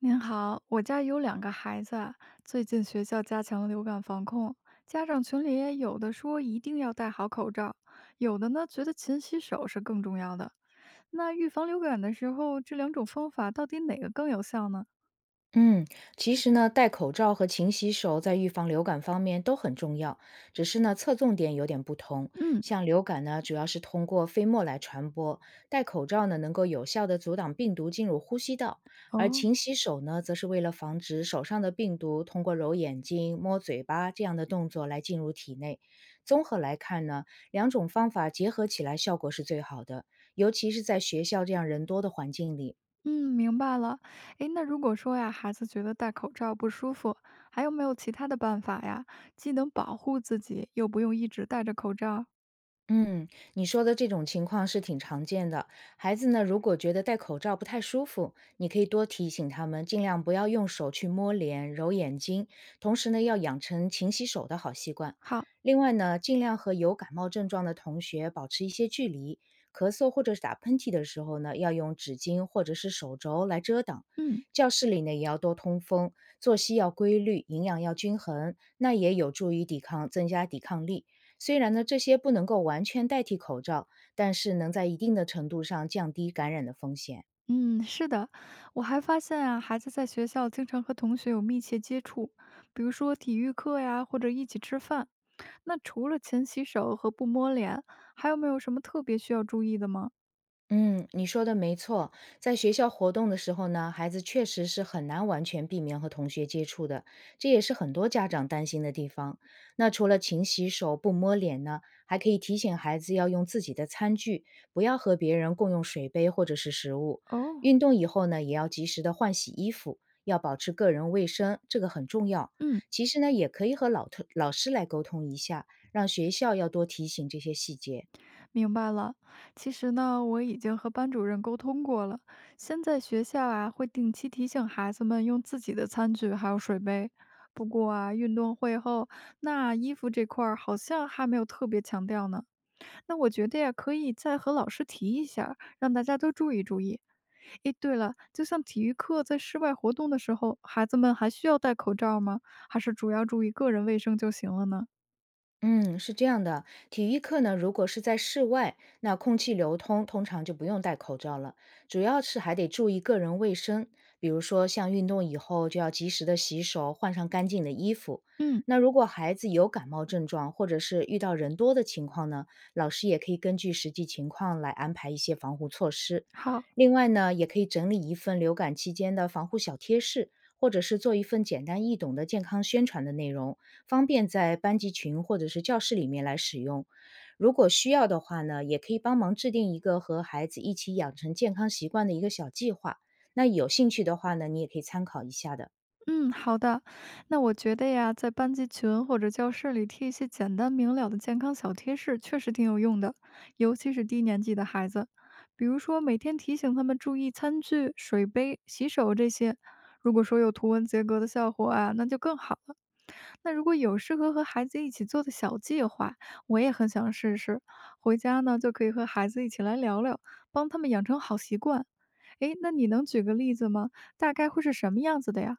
您好，我家有两个孩子啊，最近学校加强了流感防控，家长群里也有的说一定要戴好口罩，有的呢觉得勤洗手是更重要的。那预防流感的时候，这两种方法到底哪个更有效呢？嗯，其实呢，戴口罩和勤洗手在预防流感方面都很重要，只是呢，侧重点有点不同。嗯，像流感呢，主要是通过飞沫来传播，戴口罩呢能够有效的阻挡病毒进入呼吸道，而哦，勤洗手呢，则是为了防止手上的病毒通过揉眼睛、摸嘴巴这样的动作来进入体内。综合来看呢，两种方法结合起来效果是最好的，尤其是在学校这样人多的环境里。嗯，明白了。诶，那如果说呀，孩子觉得戴口罩不舒服，还有没有其他的办法呀？既能保护自己，又不用一直戴着口罩？嗯，你说的这种情况是挺常见的。孩子呢，如果觉得戴口罩不太舒服，你可以多提醒他们，尽量不要用手去摸脸、揉眼睛。同时呢，要养成勤洗手的好习惯。好，另外呢，尽量和有感冒症状的同学保持一些距离。咳嗽或者是打喷嚏的时候呢，要用纸巾或者是手肘来遮挡。嗯。教室里呢，也要多通风，作息要规律，营养要均衡，那也有助于抵抗，增加抵抗力。虽然呢，这些不能够完全代替口罩，但是能在一定的程度上降低感染的风险。嗯，是的，我还发现啊，孩子在学校经常和同学有密切接触，比如说体育课呀，或者一起吃饭。那除了勤洗手和不摸脸，还有没有什么特别需要注意的吗？嗯，你说的没错，在学校活动的时候呢，孩子确实是很难完全避免和同学接触的，这也是很多家长担心的地方。那除了勤洗手、不摸脸呢，还可以提醒孩子要用自己的餐具，不要和别人共用水杯或者是食物。哦，运动以后呢，也要及时的换洗衣服，要保持个人卫生，这个很重要。嗯，其实呢，也可以和老师来沟通一下，让学校要多提醒这些细节。明白了。其实呢，我已经和班主任沟通过了，现在学校啊会定期提醒孩子们用自己的餐具还有水杯。不过啊，运动会后，那衣服这块儿好像还没有特别强调呢。那我觉得呀，可以再和老师提一下儿让大家都注意注意。诶，对了，就像体育课在室外活动的时候，孩子们还需要戴口罩吗？还是主要注意个人卫生就行了呢？嗯，是这样的，体育课呢，如果是在室外，那空气流通通常就不用戴口罩了，主要是还得注意个人卫生，比如说像运动以后就要及时的洗手，换上干净的衣服。嗯，那如果孩子有感冒症状，或者是遇到人多的情况呢，老师也可以根据实际情况来安排一些防护措施。好。另外呢，也可以整理一份流感期间的防护小贴士，或者是做一份简单易懂的健康宣传的内容，方便在班级群或者是教室里面来使用。如果需要的话呢，也可以帮忙制定一个和孩子一起养成健康习惯的一个小计划。那有兴趣的话呢，你也可以参考一下的。嗯，好的。那我觉得呀，在班级群或者教室里贴一些简单明了的健康小贴士，确实挺有用的，尤其是低年级的孩子。比如说，每天提醒他们注意餐具、水杯、洗手这些。如果说有图文结合的效果啊，那就更好了。那如果有适合和孩子一起做的小计划，我也很想试试。回家呢，就可以和孩子一起来聊聊，帮他们养成好习惯。诶，那你能举个例子吗？大概会是什么样子的呀？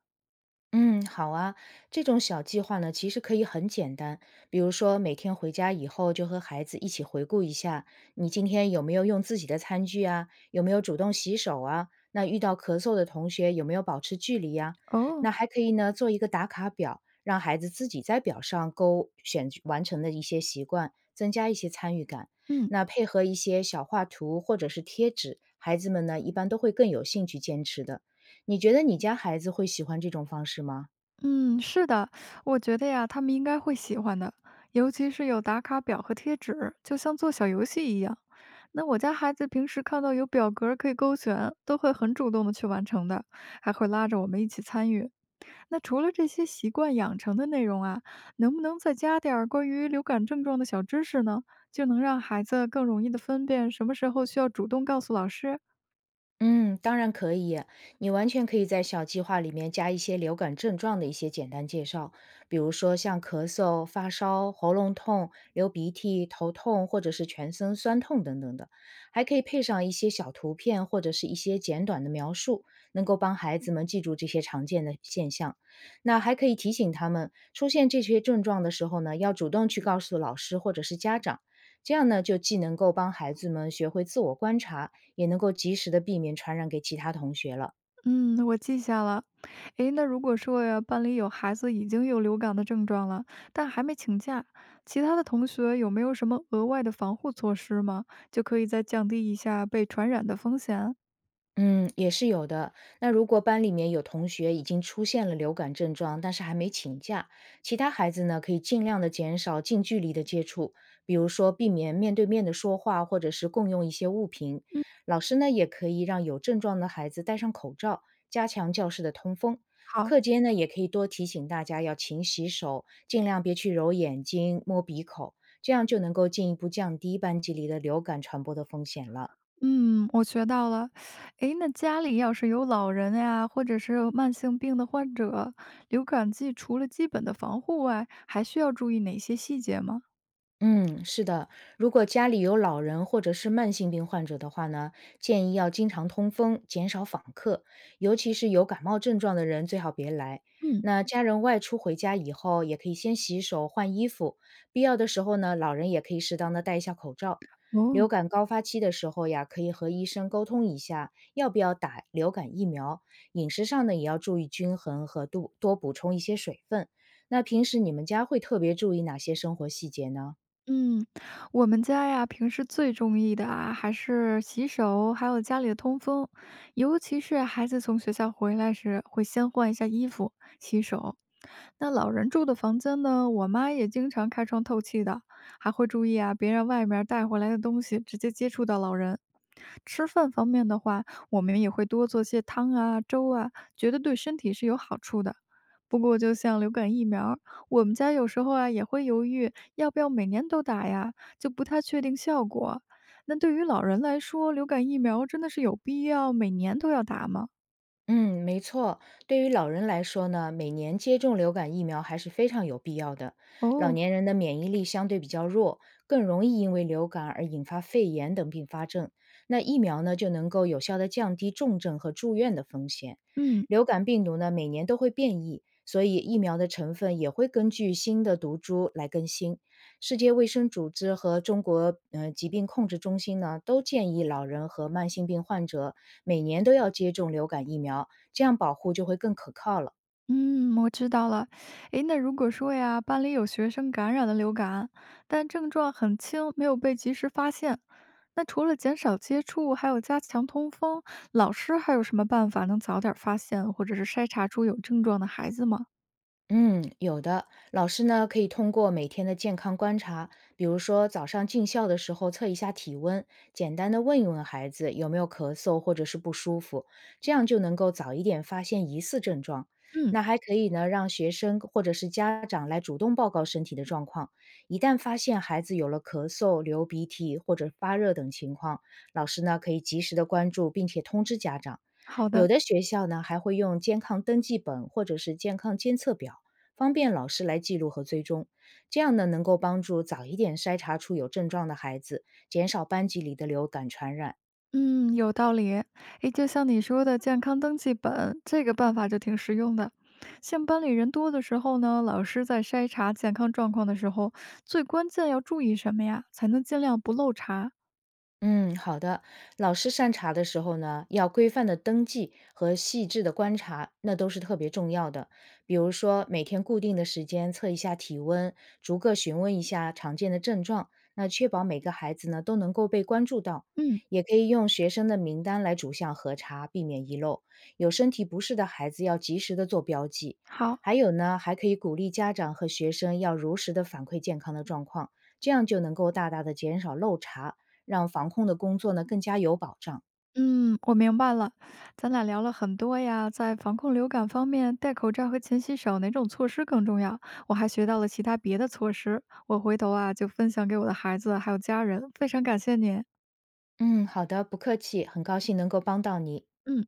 嗯，好啊，这种小计划呢，其实可以很简单，比如说每天回家以后就和孩子一起回顾一下，你今天有没有用自己的餐具啊，有没有主动洗手啊，那遇到咳嗽的同学有没有保持距离呀、哦，那还可以呢，做一个打卡表，让孩子自己在表上勾选完成的一些习惯，增加一些参与感。嗯那配合一些小画图或者是贴纸，孩子们呢一般都会更有兴趣坚持的。你觉得你家孩子会喜欢这种方式吗？嗯，是的，我觉得呀，他们应该会喜欢的，尤其是有打卡表和贴纸，就像做小游戏一样。那我家孩子平时看到有表格儿可以勾选，都会很主动的去完成的，还会拉着我们一起参与。那除了这些习惯养成的内容啊，能不能再加点儿关于流感症状的小知识呢？就能让孩子更容易的分辨什么时候需要主动告诉老师。嗯，当然可以，你完全可以在小计划里面加一些流感症状的一些简单介绍，比如说像咳嗽、发烧、喉咙痛、流鼻涕、头痛或者是全身酸痛等等的，还可以配上一些小图片或者是一些简短的描述，能够帮孩子们记住这些常见的现象。那还可以提醒他们，出现这些症状的时候呢，要主动去告诉老师或者是家长，这样呢就既能够帮孩子们学会自我观察。也能够及时的避免传染给其他同学了。嗯，我记下了。诶，那如果说呀，班里有孩子已经有流感的症状了，但还没请假，其他的同学有没有什么额外的防护措施吗？就可以再降低一下被传染的风险。嗯，也是有的。那如果班里面有同学已经出现了流感症状，但是还没请假，其他孩子呢可以尽量的减少近距离的接触，比如说避免面对面的说话，或者是共用一些物品。嗯，老师呢也可以让有症状的孩子戴上口罩，加强教室的通风。好，课间呢也可以多提醒大家要勤洗手，尽量别去揉眼睛、摸鼻口，这样就能够进一步降低班级里的流感传播的风险了。嗯，我学到了。诶，那家里要是有老人呀，或者是有慢性病的患者，流感季除了基本的防护外，还需要注意哪些细节吗？嗯，是的，如果家里有老人或者是慢性病患者的话呢，建议要经常通风，减少访客，尤其是有感冒症状的人最好别来。嗯，那家人外出回家以后，也可以先洗手、换衣服，必要的时候呢，老人也可以适当的戴一下口罩。流哦。感高发期的时候呀，可以和医生沟通一下，要不要打流感疫苗。饮食上呢，也要注意均衡和度，多补充一些水分。那平时你们家会特别注意哪些生活细节呢？嗯，我们家呀，平时最中意的啊，还是洗手，还有家里的通风。尤其是孩子从学校回来时，会先换一下衣服、洗手。那老人住的房间呢，我妈也经常开窗透气的，还会注意啊，别让外面带回来的东西直接接触到老人。吃饭方面的话，我们也会多做些汤啊、粥啊，觉得对身体是有好处的。不过，就像流感疫苗儿我们家有时候啊也会犹豫要不要每年都打呀，就不太确定效果。那对于老人来说，流感疫苗真的是有必要每年都要打吗？嗯，没错。对于老人来说呢，每年接种流感疫苗还是非常有必要的。老哦，年人的免疫力相对比较弱，更容易因为流感而引发肺炎等并发症。那疫苗呢，就能够有效的降低重症和住院的风险。嗯流感病毒呢，每年都会变异，所以疫苗的成分也会根据新的毒株来更新。世界卫生组织和中国疾病控制中心呢，都建议老人和慢性病患者每年都要接种流感疫苗，这样保护就会更可靠了。嗯，我知道了。诶，那如果说呀，班里有学生感染了流感，但症状很轻，没有被及时发现，那除了减少接触，还有加强通风，老师还有什么办法能早点发现或者是筛查出有症状的孩子吗？嗯，有的。老师呢，可以通过每天的健康观察，比如说早上进校的时候测一下体温，简单的问一问孩子有没有咳嗽或者是不舒服，这样就能够早一点发现疑似症状。嗯，那还可以呢，让学生或者是家长来主动报告身体的状况。一旦发现孩子有了咳嗽、流鼻涕或者发热等情况，老师呢可以及时的关注，并且通知家长。好有的。的学校呢还会用健康登记本或者是健康监测表。方便老师来记录和追踪。这样呢，能够帮助早一点筛查出有症状的孩子，减少班级里的流感传染。嗯，有道理。诶，就像你说的健康登记本，这个办法就挺实用的。像班里人多的时候呢，老师在筛查健康状况的时候，最关键要注意什么呀？才能尽量不漏查？嗯，好的。老师筛查的时候呢，要规范的登记和细致的观察，那都是特别重要的。比如说，每天固定的时间测一下体温，逐个询问一下常见的症状，那确保每个孩子呢都能够被关注到。嗯，也可以用学生的名单来逐项核查，避免遗漏。有身体不适的孩子要及时的做标记。好，还有呢，还可以鼓励家长和学生要如实的反馈健康的状况，这样就能够大大的减少漏查。让防控的工作呢更加有保障。嗯，我明白了。咱俩聊了很多呀，在防控流感方面，戴口罩和勤洗手哪种措施更重要？我还学到了其他别的措施，我回头啊就分享给我的孩子还有家人。非常感谢您。嗯，好的，不客气，很高兴能够帮到你。嗯。